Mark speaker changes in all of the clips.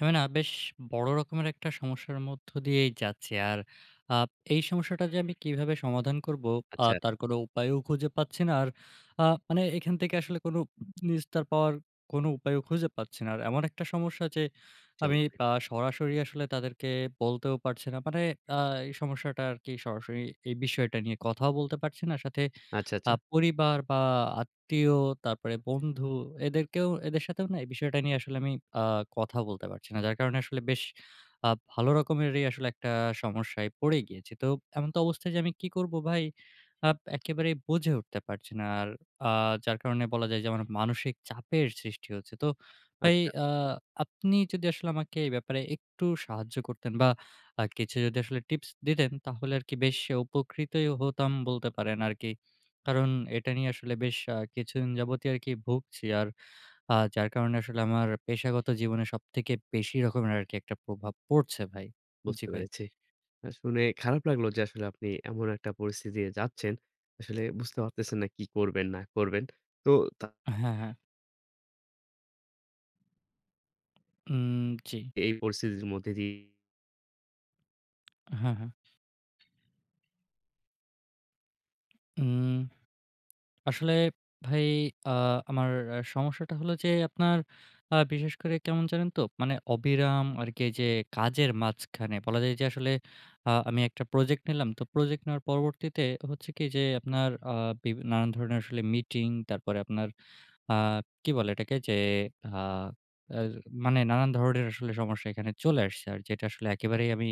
Speaker 1: আমি না বেশ বড় রকমের একটা সমস্যার মধ্য দিয়েই যাচ্ছি। আর আ এই সমস্যাটা যে আমি কিভাবে সমাধান করব,
Speaker 2: আচ্ছা,
Speaker 1: তার কোনো উপায়ও খুঁজে পাচ্ছি না। আর আ মানে এখান থেকে আসলে কোনো নিস্তার পাওয়ার কোনো উপায়ও খুঁজে পাচ্ছি না। আর এমন একটা সমস্যা, যে
Speaker 2: জি
Speaker 1: আমি
Speaker 2: অবশ্যই।
Speaker 1: সরাসরি আসলে তাদেরকে বলতেও পারছি না। মানে আ এই সমস্যাটা আরকি সরাসরি এই বিষয়টা নিয়ে কথাও বলতে পারছি না। সাথে
Speaker 2: আচ্ছা, আচ্ছা।
Speaker 1: পরিবার বা আত্মীয়, তারপরে বন্ধু, এদেরকেও এদের সাথেও না এই বিষয়টা নিয়ে আসলে আমি আ কথা বলতে পারছি না। যার কারণে আসলে বেশ আ ভালো রকমেরই আসলে একটা সমস্যায় পড়ে গিয়েছি। তো এমন তো অবস্থায় যে আমি কি করব ভাই একেবারেই বুঝে উঠতে পারছি না। আর আ যার কারণে বলা যায় যে আমার মানসিক চাপের সৃষ্টি হচ্ছে। তো
Speaker 2: আচ
Speaker 1: ভাই, আ আপনি যদি আসলে আমাকে এই ব্যাপারে একটু সাহায্য করতেন বা কিছু যদি আসলে টিপস দিতেন, তাহলে আরকি বেশ উপকৃতই হতাম বলতে পারেন আরকি। কারণ এটা নিয়ে আসলে বেশ কিছুদিন যাবতই আরকি ভুগছি। আর যার কারণে আসলে আমার পেশাগত জীবনে সবথেকে বেশি রকমের আরকি একটা প্রভাব পড়ছে ভাই। জি
Speaker 2: বুঝতে
Speaker 1: ভাই।
Speaker 2: পেরেছি। শুনে খারাপ লাগলো যে আসলে আপনি এমন একটা পরিস্থিতি দিয়ে যাচ্ছেন। আসলে বুঝতে পারতেছেন না কি করবেন না করবেন। তো তা
Speaker 1: হ্যাঁ, হ্যাঁ। উম জি।
Speaker 2: এই পরিস্থিতির মধ্যে দিয়ে
Speaker 1: হ্যাঁ, হ্যাঁ। উম আসলে ভাই, আ আমার সমস্যাটা হলো যে আপনার বিশেষ করে কেমন জানেন তো? মানে অবিরাম আরকি এইযে কাজের মাঝখানে বলা যায় যে আসলে আমি একটা প্রজেক্ট নিলাম। তো প্রজেক্ট নেওয়ার পরবর্তীতে হচ্ছে কি যে আপনার আ বিভি নানান ধরনের আসলে মিটিং, তারপরে আপনার আ কি বলে এটাকে? যে আ আর মানে নানান ধরনের আসলে সমস্যা এখানে চলে আসছে। আর যেটা আসলে একেবারেই আমি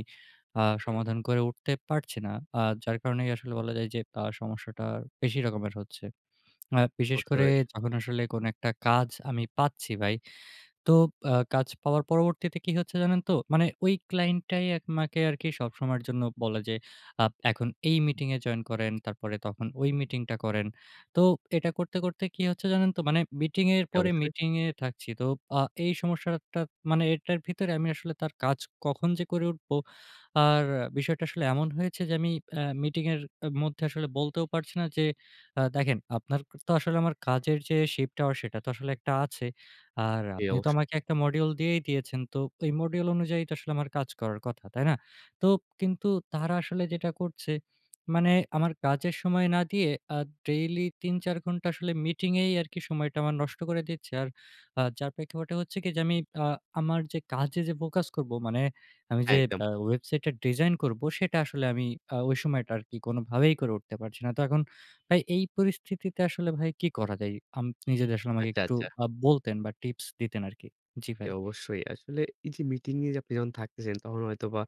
Speaker 1: সমাধান করে উঠতে পারছি না। যার কারণেই আসলে বলা যায় যে সমস্যাটা বেশি রকমের হচ্ছে। বিশেষ
Speaker 2: বুঝতে
Speaker 1: করে
Speaker 2: পেরেছি।
Speaker 1: যখন আসলে কোনো একটা কাজ আমি পাচ্ছি ভাই, তো কাজ পাওয়ার পরবর্তীতে কি হচ্ছে জানেন তো? মানে ওই ক্লায়েন্টটাই আমাকে আরকি সবসময়ের জন্য বলে যে, এখন এই মিটিং এ জয়েন করেন, তারপরে তখন ওই মিটিংটা করেন। তো এটা করতে, করতে কি হচ্ছে জানেন তো? মানে মিটিং এর
Speaker 2: জি
Speaker 1: পরে
Speaker 2: অবশ্যই,
Speaker 1: মিটিং এ থাকছি। তো আ এই সমস্যাটা, মানে এটার ভিতরে আমি আসলে তার কাজ কখন যে করে উঠবো, আর বিষয়টা আসলে এমন হয়েছে যে আমি মিটিং এর মধ্যে আসলে বলতেও পারছি না যে, দেখেন আপনার তো আসলে আমার কাজের যে শিফট আওয়ার সেটা তো আসলে একটা আছে। আর
Speaker 2: জি
Speaker 1: আপনি তো
Speaker 2: অবশ্যই।
Speaker 1: আমাকে একটা মডিউল দিয়েই দিয়েছেন। তো এই মডিউল অনুযায়ী তো আসলে আমার কাজ করার কথা, তাই না? তো কিন্তু তারা আসলে যেটা করছে, মানে আমার কাজের সময় না দিয়ে আ ডেইলি ৩-৪ ঘন্টা আসলে মিটিংয়েই আরকি সময়টা আমার নষ্ট করে দিচ্ছে। আর যার প্রেক্ষাপটে হচ্ছে কি, যে আমি আ আমার যে কাজে যে ফোকাস করব, মানে আমি
Speaker 2: হ্যাঁ,
Speaker 1: যে
Speaker 2: একদম।
Speaker 1: ওয়েবসাইটটা ডিজাইন করব, সেটা আসলে আমি ওই সময়টা আরকি কোনোভাবেই করে উঠতে পারছি না। তো এখন ভাই এই পরিস্থিতিতে আসলে ভাই কি করা যায়? আপনি যদি আসলে আমাকে
Speaker 2: আচ্ছা,
Speaker 1: একটু
Speaker 2: আচ্ছা।
Speaker 1: বলতেন বা টিপস দিতেন আরকি। জি
Speaker 2: জি,
Speaker 1: ভাই।
Speaker 2: অবশ্যই। আসলে এই যে মিটিং এ আপনি যখন থাকতেছেন তখন হয়তোবা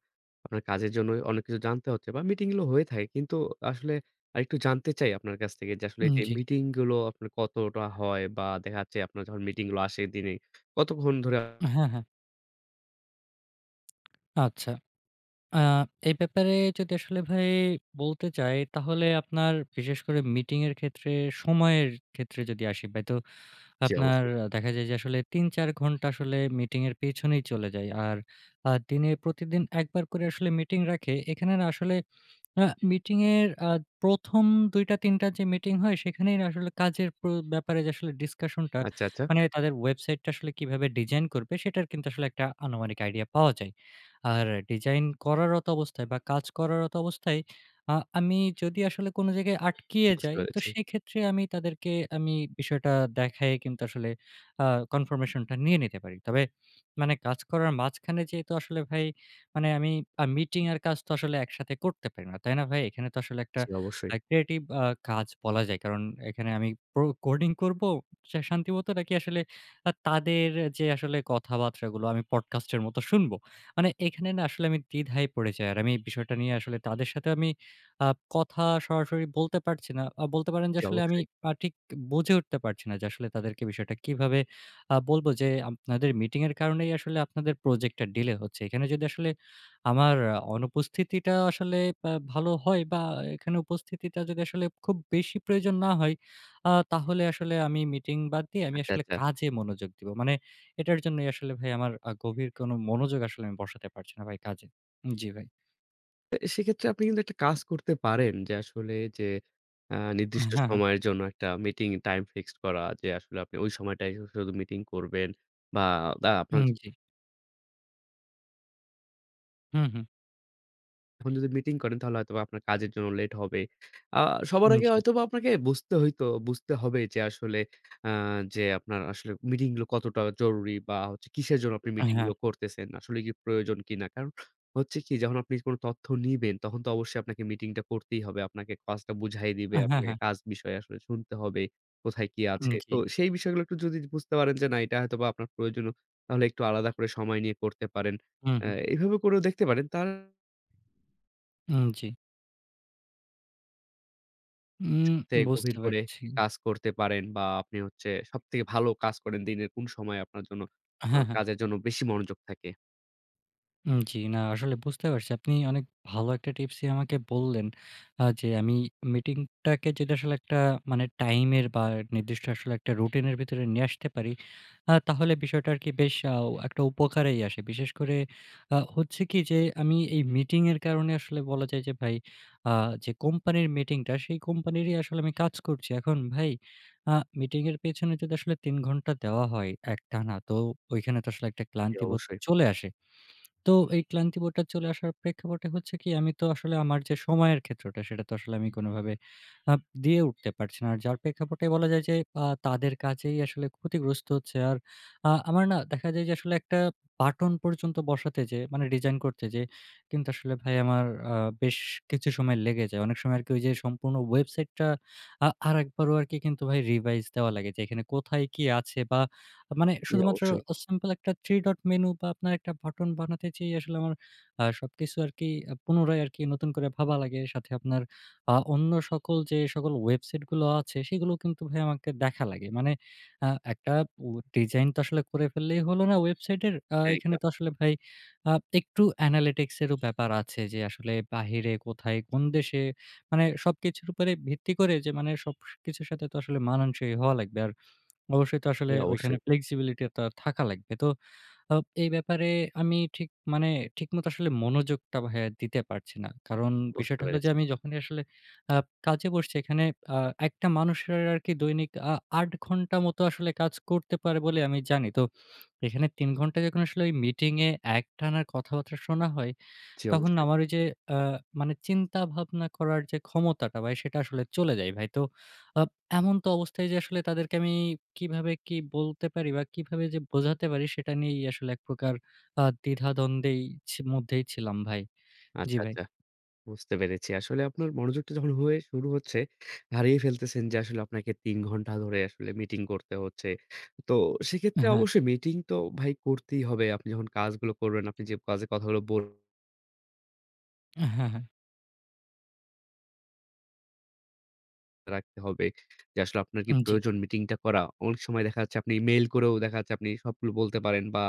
Speaker 2: আপনার কাজের জন্য অনেক কিছু জানতে হচ্ছে বা মিটিং গুলো হয়ে থাকে। কিন্তু আসলে আরেকটু জানতে চাই আপনার কাছ থেকে যে আসলে
Speaker 1: উম
Speaker 2: যে
Speaker 1: জি।
Speaker 2: মিটিং গুলো আপনার কতটা হয় বা দেখা যাচ্ছে আপনার যখন মিটিং গুলো আসে দিনে কতক্ষণ ধরে
Speaker 1: হ্যাঁ, হ্যাঁ। আচ্ছা। আ এই ব্যাপারে যদি আসলে ভাই বলতে চাই, তাহলে আপনার বিশেষ করে মিটিং এর ক্ষেত্রে সময়ের ক্ষেত্রে যদি আসি ভাই, তো
Speaker 2: জি,
Speaker 1: আপনার
Speaker 2: অবশ্যই।
Speaker 1: দেখা যায় যে আসলে ৩-৪ ঘন্টা আসলে মিটিং এর পেছনেই চলে যায়। আর দিনে প্রতিদিন একবার করে আসলে মিটিং রাখে। এখানে না আসলে আ মিটিং এর ১ম ২টা ৩ টা যে মিটিং হয়, সেখানেই আসলে কাজের ব্যাপারে যে আসলে ডিসকাশনটা,
Speaker 2: আচ্ছা, আচ্ছা।
Speaker 1: মানে তাদের ওয়েবসাইটটা আসলে কিভাবে ডিজাইন করবে সেটার কিন্তু আসলে একটা আনুমানিক আইডিয়া পাওয়া যায়। আর ডিজাইন করারত অবস্থায় বা কাজ করারত অবস্থায় আমি যদি আসলে কোনো জায়গায় আটকিয়ে
Speaker 2: বুঝতে
Speaker 1: যাই, তো
Speaker 2: পেরেছি।
Speaker 1: সেক্ষেত্রে আমি তাদেরকে বিষয়টা দেখায়ে কিন্তু আসলে আ কনফার্মেশনটা নিয়ে নিতে পারি। তবে মানে কাজ করার মাঝখানে যেহেতু আসলে ভাই, মানে আমি মিটিং আর কাজ তো আসলে একসাথে করতে পারি না। তাই না ভাই? এখানে তো আসলে একটা
Speaker 2: জি, অবশ্যই।
Speaker 1: ক্রিয়েটিভ কাজ বলা যায়। কারণ এখানে আমি প্রো কোডিং করব শান্তিমতো, নাকি আসলে তাদের যে আসলে কথাবার্তাগুলো আমি পডকাস্টের মতো শুনবো। মানে এখানে না আসলে আমি দ্বিধায় পড়ে যাই। আর আমি এই বিষয়টা নিয়ে আসলে তাদের সাথে আমি আ কথা সরাসরি বলতে পারছি না। বলতে পারেন যে
Speaker 2: জি,
Speaker 1: আসলে আমি
Speaker 2: অবশ্যই।
Speaker 1: ঠিক বুঝে উঠতে পারছি না যে আসলে তাদেরকে বিষয়টা কিভাবে বলব, যে আপনাদের মিটিং এর কারণেই আসলে আপনাদের প্রজেক্টটা ডিলে হচ্ছে। এখানে যদি আসলে আমার অনুপস্থিতিটা আসলে বা ভালো হয় বা এখানে উপস্থিতিটা যদি আসলে খুব বেশি প্রয়োজন না হয়, তাহলে আসলে আমি মিটিং বাদ দিয়ে আমি
Speaker 2: আচ্ছা,
Speaker 1: আসলে
Speaker 2: আচ্ছা।
Speaker 1: কাজে মনোযোগ দিব। মানে এটার জন্যই আসলে ভাই আমার গভীর কোনো মনোযোগ আসলে আমি বসাতে পারছি না ভাই কাজে। জি ভাই।
Speaker 2: সেক্ষেত্রে আপনি কিন্তু একটা কাজ করতে পারেন যে আসলে যে নির্দিষ্ট
Speaker 1: হ্যাঁ, হ্যাঁ।
Speaker 2: সময়ের জন্য একটা মিটিং টাইম ফিক্সড করা যে আসলে আপনি ওই সময়টাই শুধু মিটিং করবেন বা আপনার
Speaker 1: উম জি। হুম, হুম।
Speaker 2: এখন যদি মিটিং করেন তাহলে হয়তোবা আপনার কাজের জন্য লেট হবে। আ সবার
Speaker 1: উম
Speaker 2: আগে
Speaker 1: জি।
Speaker 2: হয়তোবা আপনাকে বুঝতে হবে যে আসলে আ যে আপনার আসলে মিটিং গুলো কতটা জরুরি বা হচ্ছে কিসের জন্য আপনি মিটিং
Speaker 1: হ্যাঁ।
Speaker 2: গুলো করতেছেন। আসলে কি প্রয়োজন কিনা? কারণ হচ্ছে কি যখন আপনি কোন তথ্য নিবেন তখন তো অবশ্যই আপনাকে মিটিংটা করতেই হবে। আপনাকে কাজটা বুঝাই দিবে,
Speaker 1: হ্যাঁ,
Speaker 2: আপনাকে
Speaker 1: হ্যাঁ।
Speaker 2: কাজ বিষয়ে আসলে শুনতে হবে, কোথায় কি
Speaker 1: উম
Speaker 2: আছে। তো
Speaker 1: জি।
Speaker 2: সেই বিষয়গুলো একটু যদি বুঝতে পারেন যে না এটা হয়তোবা আপনার প্রয়োজনীয় তাহলে একটু আলাদা করে সময় নিয়ে করতে পারেন।
Speaker 1: হুম, হুম।
Speaker 2: এভাবে করেও দেখতে পারেন। তার
Speaker 1: উম জি। উম
Speaker 2: সবথেকে গভীর
Speaker 1: বুঝতে
Speaker 2: করে
Speaker 1: পারছি।
Speaker 2: কাজ করতে পারেন বা আপনি হচ্ছে সবথেকে ভালো কাজ করেন দিনের কোন সময় আপনার জন্য
Speaker 1: হ্যাঁ, হ্যাঁ।
Speaker 2: কাজের জন্য বেশি মনোযোগ থাকে?
Speaker 1: উম জি, না আসলে বুঝতে পারছি। আপনি অনেক ভালো একটা টিপসই আমাকে বললেন। যে আমি মিটিংটাকে যদি আসলে একটা, মানে টাইমের বা নির্দিষ্ট আসলে একটা রুটিনের ভিতরে নিয়ে আসতে পারি, তাহলে বিষয়টা আরকি বেশ একটা উপকারেই আসে। বিশেষ করে হচ্ছে কি, যে আমি এই মিটিং এর কারণে আসলে বলা যায় যে ভাই, আ যে কোম্পানির মিটিংটা সেই কোম্পানিরই আসলে আমি কাজ করছি। এখন ভাই আ মিটিং এর পেছনে যদি আসলে ৩ ঘন্টা দেওয়া হয় একটানা, তো ওইখানে তো আসলে একটা
Speaker 2: জি,
Speaker 1: ক্লান্তিবোধ
Speaker 2: অবশ্যই,
Speaker 1: চলে আসে। তো এই ক্লান্তিবোধটা চলে আসার প্রেক্ষাপটে হচ্ছে কি, আমি তো আসলে আমার যে সময়ের ক্ষেত্রটা, সেটা তো আসলে আমি কোনোভাবে আ দিয়ে উঠতে পারছি না। আর যার প্রেক্ষাপটে বলা যায় যে তাদের কাজেই আসলে ক্ষতিগ্রস্ত হচ্ছে। আর আমার না দেখা যায় যে আসলে একটা বাটন পর্যন্ত বসাতে যেয়ে, মানে ডিজাইন করতে যেয়ে কিন্তু আসলে ভাই আমার আ বেশ কিছু সময় লেগে যায়। অনেক সময় আরকি ওই যে সম্পূর্ণ ওয়েবসাইটটা আরেকবারও আরকি কিন্তু ভাই রিভাইজ দেওয়া লাগে, যে এখানে কোথায় কি আছে বা মানে
Speaker 2: জি,
Speaker 1: শুধুমাত্র
Speaker 2: অবশ্যই।
Speaker 1: সিম্পল একটা 3 ডট মেনু বা আপনার একটা বাটন বানাতে চেয়ে আসলে আমার সবকিছু আরকি পুনরায় আরকি নতুন করে ভাবা লাগে। সাথে আপনার অন্য সকল যে সকল ওয়েবসাইট গুলো আছে সেগুলো কিন্তু ভাই আমাকে দেখা লাগে। মানে আ একটা ও ডিজাইন তো আসলে করে ফেললেই হলো না ওয়েবসাইটের।
Speaker 2: হ্যাঁ,
Speaker 1: এখানে
Speaker 2: একদম।
Speaker 1: তো আসলে ভাই আ একটু অ্যানালিটিক্স এরও ব্যাপার আছে, যে আসলে বাহিরে, কোথায়, কোন দেশে, মানে সবকিছুর উপরে ভিত্তি করে, যে মানে সবকিছুর সাথে তো আসলে মানানসই হওয়া লাগবে। আর অবশ্যই তো
Speaker 2: জি,
Speaker 1: আসলে ঐখানে
Speaker 2: অবশ্যই।
Speaker 1: ফ্লেক্সিবিলিটি টা থাকা লাগবে। তো আ এই ব্যাপারে আমি ঠিক, মানে ঠিকমতো আসলে মনোযোগটা ভাইয়া দিতে পারছি না। কারণ
Speaker 2: বুঝতে
Speaker 1: বিষয়টা হলো যে
Speaker 2: পেরেছি।
Speaker 1: আমি যখনই আসলে আ কাজে বসছি এখানে আ একটা মানুষের আরকি দৈনিক ৮ ঘন্টা মতো আসলে কাজ করতে পারে বলে আমি জানি। তো এখানে ৩ ঘন্টা যখন আসলে ওই মিটিং এ একটানা কথাবার্তা শোনা হয়,
Speaker 2: জি,
Speaker 1: তখন
Speaker 2: অবশ্যই।
Speaker 1: আমার ওই যে আ মানে চিন্তা ভাবনা করার যে ক্ষমতাটা ভাই, সেটা আসলে চলে যায় ভাই। তো আ এমন তো অবস্থায় যে আসলে তাদেরকে আমি কিভাবে কি বলতে পারি বা কিভাবে যে বোঝাতে পারি সেটা নিয়েই আসলে এক প্রকার দ্বিধাদ্বন্দ্বেই মধ্যেই ছিলাম ভাই। জি
Speaker 2: আচ্ছা,
Speaker 1: ভাই।
Speaker 2: আচ্ছা। বুঝতে পেরেছি। আসলে আপনার মনোযোগটা যখন শুরু হচ্ছে, হারিয়ে ফেলতেছেন যে আসলে আপনাকে ৩ ঘন্টা ধরে আসলে মিটিং করতে হচ্ছে। তো সেক্ষেত্রে
Speaker 1: হ্যাঁ,
Speaker 2: অবশ্যই মিটিং তো ভাই করতেই হবে। আপনি যখন কাজগুলো করবেন, আপনি যে কাজের কথাগুলো
Speaker 1: হ্যাঁ, হ্যাঁ।
Speaker 2: রাখতে হবে। যে আসলে আপনার কি
Speaker 1: উম জি।
Speaker 2: প্রয়োজন মিটিংটা করা? অনেক সময় দেখা যাচ্ছে আপনি মেইল করেও দেখা যাচ্ছে আপনি সবগুলো বলতে পারেন বা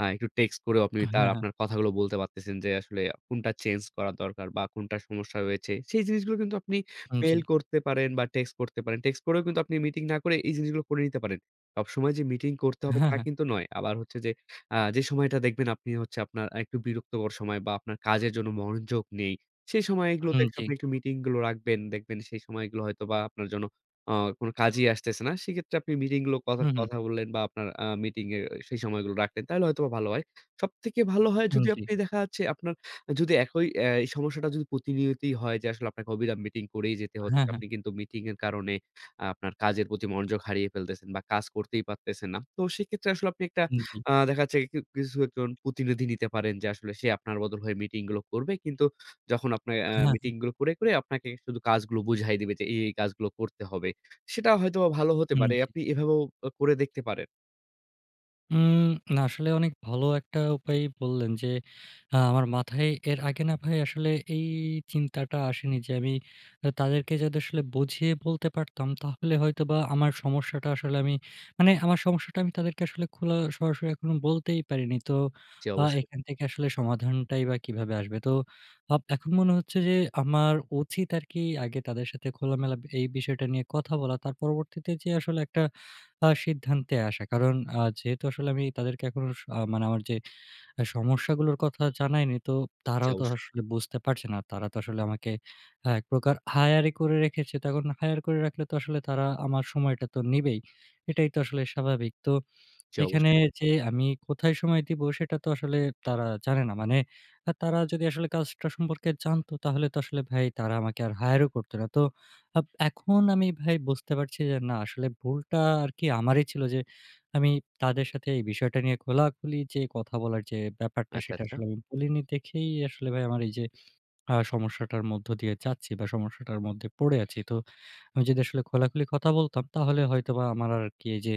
Speaker 2: একটু টেক্সট করেও আপনি তার
Speaker 1: হ্যাঁ, হ্যাঁ।
Speaker 2: আপনার কথাগুলো বলতে পারতেছেন যে আসলে কোনটা চেঞ্জ করা দরকার বা কোনটা সমস্যা হয়েছে। সেই জিনিসগুলো কিন্তু আপনি
Speaker 1: উম জি।
Speaker 2: মেইল করতে পারেন বা টেক্সট করতে পারেন। টেক্সট করেও কিন্তু আপনি মিটিং না করে এই জিনিসগুলো করে নিতে পারেন। সবসময় যে মিটিং করতে হবে
Speaker 1: হ্যাঁ,
Speaker 2: তা
Speaker 1: হ্যাঁ।
Speaker 2: কিন্তু নয়। আবার হচ্ছে যে যে সময়টা দেখবেন আপনি হচ্ছে আপনার একটু বিরক্তকর সময় বা আপনার কাজের জন্য মনোযোগ নেই সেই সময় এগুলোতে
Speaker 1: উম জি।
Speaker 2: আপনি একটু মিটিং গুলো রাখবেন। দেখবেন সেই সময়গুলো হয়তোবা আপনার জন্য আ কোন কাজেই আসতেছে না। সেক্ষেত্রে আপনি মিটিং গুলো কথা
Speaker 1: হুম, হুম।
Speaker 2: কথা বললেন বা আপনার মিটিং এ সেই সময়গুলো রাখলেন। তাহলে হয়তোবা ভালো হয়। সবথেকে ভালো হয়
Speaker 1: উম
Speaker 2: যদি
Speaker 1: জি।
Speaker 2: আপনি দেখা যাচ্ছে আপনার যদি একই অ্যা এই সমস্যাটা যদি প্রতিনিয়তই হয় যে আসলে আপনাকে অবিরাম মিটিং করেই যেতে হচ্ছে।
Speaker 1: হ্যাঁ, হ্যাঁ।
Speaker 2: আপনি কিন্তু মিটিং এর কারণে আপনার কাজের প্রতি মনোযোগ হারিয়ে ফেলতেছেন বা কাজ করতেই পারতেছেন না। তো সেক্ষেত্রে আসলে আপনি একটা
Speaker 1: উম জি।
Speaker 2: দেখা যাচ্ছে কি কিছু একজন প্রতিনিধি নিতে পারেন যে আসলে সে আপনার বদল হয়ে মিটিং গুলো করবে। কিন্তু যখন আপনার
Speaker 1: হ্যাঁ,
Speaker 2: মিটিং
Speaker 1: হ্যাঁ।
Speaker 2: গুলো করে আপনাকে শুধু কাজগুলো বুঝাই দিবে যে এই কাজগুলো করতে হবে। সেটা হয়তোবা ভালো হতে
Speaker 1: উম
Speaker 2: পারে।
Speaker 1: জি।
Speaker 2: আপনি এভাবেও করে দেখতে পারেন।
Speaker 1: উম না আসলে অনেক ভালো একটা উপায় বললেন যে, আমার মাথায় এর আগে না ভাই আসলে এই চিন্তাটা আসেনি যে আমি তাদেরকে যদি আসলে বুঝিয়ে বলতে পারতাম, তাহলে হয়তোবা আমার সমস্যাটা আসলে আমি, মানে আমার সমস্যাটা আমি তাদেরকে আসলে সরাসরি এখনো বলতেই পারিনি। তো
Speaker 2: জি অবশ্যই,
Speaker 1: এখান থেকে আসলে সমাধানটাই বা কিভাবে আসবে? তো এখন মনে হচ্ছে যে আমার উচিত আরকি আগে তাদের সাথে খোলামেলা এই বিষয়টা নিয়ে কথা বলা। তার পরবর্তীতে যে আসলে একটা সিদ্ধান্তে আসা। কারণ যেহেতু আসলে আমি তাদেরকে এখনো স আ মানে আমার যে সমস্যাগুলোর কথা জানাইনি, তো
Speaker 2: জি
Speaker 1: তারাও তো
Speaker 2: অবশ্যই,
Speaker 1: আসলে বুঝতে পারছে না। তারা তো আসলে আমাকে এক প্রকার হায়ারই করে রেখেছে। তো এখন হায়ার করে রাখলে তো আসলে তারা আমার সময়টা তো নিবেই। এটাই তো আসলে স্বাভাবিক। তো
Speaker 2: জি
Speaker 1: এখানে
Speaker 2: অবশ্যই।
Speaker 1: যে আমি কোথায় সময় দিব সেটা তো আসলে তারা জানে না। মানে তারা যদি আসলে কাজটা সম্পর্কে জানতো, তাহলে তো আসলে ভাই তারা আমাকে আর হায়ার ও করত না। তো এখন আমি ভাই বুঝতে পারছি যে না, আসলে ভুলটা আরকি আমারই ছিল, যে আমি তাদের সাথে এই বিষয়টা নিয়ে খোলাখুলি যে কথা বলার যে ব্যাপারটা
Speaker 2: আচ্ছা,
Speaker 1: সেটা
Speaker 2: আচ্ছা।
Speaker 1: আসলে আমি বলিনি দেখেই আসলে ভাই আমার এই যে সমস্যাটার মধ্য দিয়ে যাচ্ছি বা সমস্যাটার মধ্যে পড়ে আছি। তো আমি যদি আসলে খোলাখুলি কথা বলতাম, তাহলে হয়তোবা আমার আরকি এই যে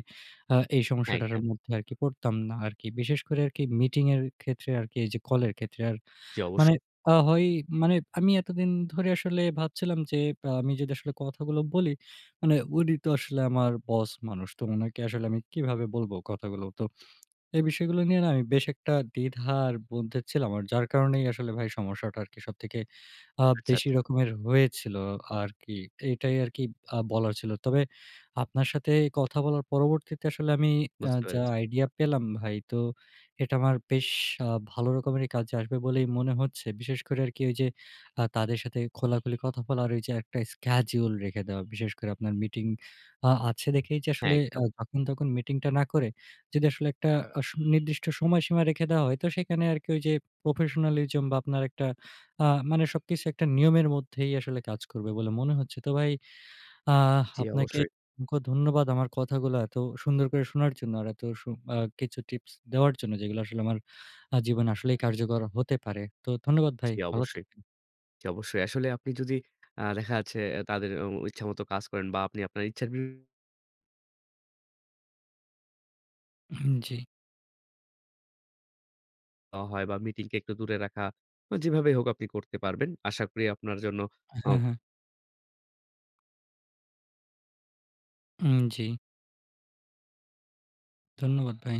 Speaker 1: এই
Speaker 2: হ্যাঁ,
Speaker 1: সমস্যাটার
Speaker 2: একদম।
Speaker 1: মধ্যে আরকি পড়তাম না আরকি। বিশেষ করে আরকি মিটিং এর ক্ষেত্রে আরকি এই যে কলের ক্ষেত্রে আর
Speaker 2: জি
Speaker 1: মানে
Speaker 2: অবশ্যই।
Speaker 1: আ হয় মানে আমি এতদিন ধরে আসলে ভাবছিলাম যে আমি যদি আসলে কথাগুলো বলি, মানে উনি তো আসলে আমার বস মানুষ। তো উনাকে আসলে আমি কিভাবে বলবো কথাগুলো? তো এই বিষয়গুলো নিয়ে না আমি বেশ একটা দ্বিধার মধ্যে ছিলাম। আর যার কারণেই আসলে ভাই সমস্যাটা আরকি সবথেকে
Speaker 2: আচ্ছা,
Speaker 1: বেশি
Speaker 2: আচ্ছা।
Speaker 1: রকমের হয়েছিল আরকি। এটাই আরকি বলার ছিল। তবে আপনার সাথে কথা বলার পরবর্তীতে আসলে আমি
Speaker 2: বুঝতে
Speaker 1: যা
Speaker 2: পেরেছি।
Speaker 1: আইডিয়া পেলাম ভাই, তো এটা আমার বেশ আ ভালো রকমেরই কাজে আসবে বলেই মনে হচ্ছে। বিশেষ করে আরকি ওই যে তাদের সাথে খোলাখুলি কথা বলা আর ওই যে একটা schedule রেখে দেওয়া। বিশেষ করে আপনার মিটিং আছে দেখেই, যে
Speaker 2: হ্যাঁ,
Speaker 1: আসলে
Speaker 2: একদম।
Speaker 1: যখন তখন মিটিংটা না করে যদি আসলে একটা আস নির্দিষ্ট সময়সীমা রেখে দেওয়া হয়, তো সেখানে আরকি ওই যে প্রফেশনালিজম বা আপনার একটা আ মানে সবকিছু একটা নিয়মের মধ্যেই আসলে কাজ করবে বলে মনে হচ্ছে। তো ভাই
Speaker 2: জি
Speaker 1: আপনাকে
Speaker 2: অবশ্যই,
Speaker 1: অসংখ্য ধন্যবাদ আমার কথাগুলো এত সুন্দর করে শোনার জন্য আর এত কিছু টিপস দেওয়ার জন্য যেগুলো আসলে আমার জীবনে আসলেই কার্যকর হতে পারে। তো ধন্যবাদ ভাই।
Speaker 2: জি
Speaker 1: ভালো
Speaker 2: অবশ্যই,
Speaker 1: থাকবেন।
Speaker 2: জি অবশ্যই। আসলে আপনি যদি দেখা যাচ্ছে তাদের ইচ্ছামত কাজ করেন বা আপনি আপনার ইচ্ছার বিরুদ্ধে
Speaker 1: হুম, জি।
Speaker 2: যাওয়া হয় বা মিটিং কে একটু দূরে রাখা, যেভাবেই হোক আপনি করতে পারবেন। আশা করি আপনার জন্য অ
Speaker 1: হ্যাঁ, হ্যাঁ। উম জি। ধন্যবাদ ভাই।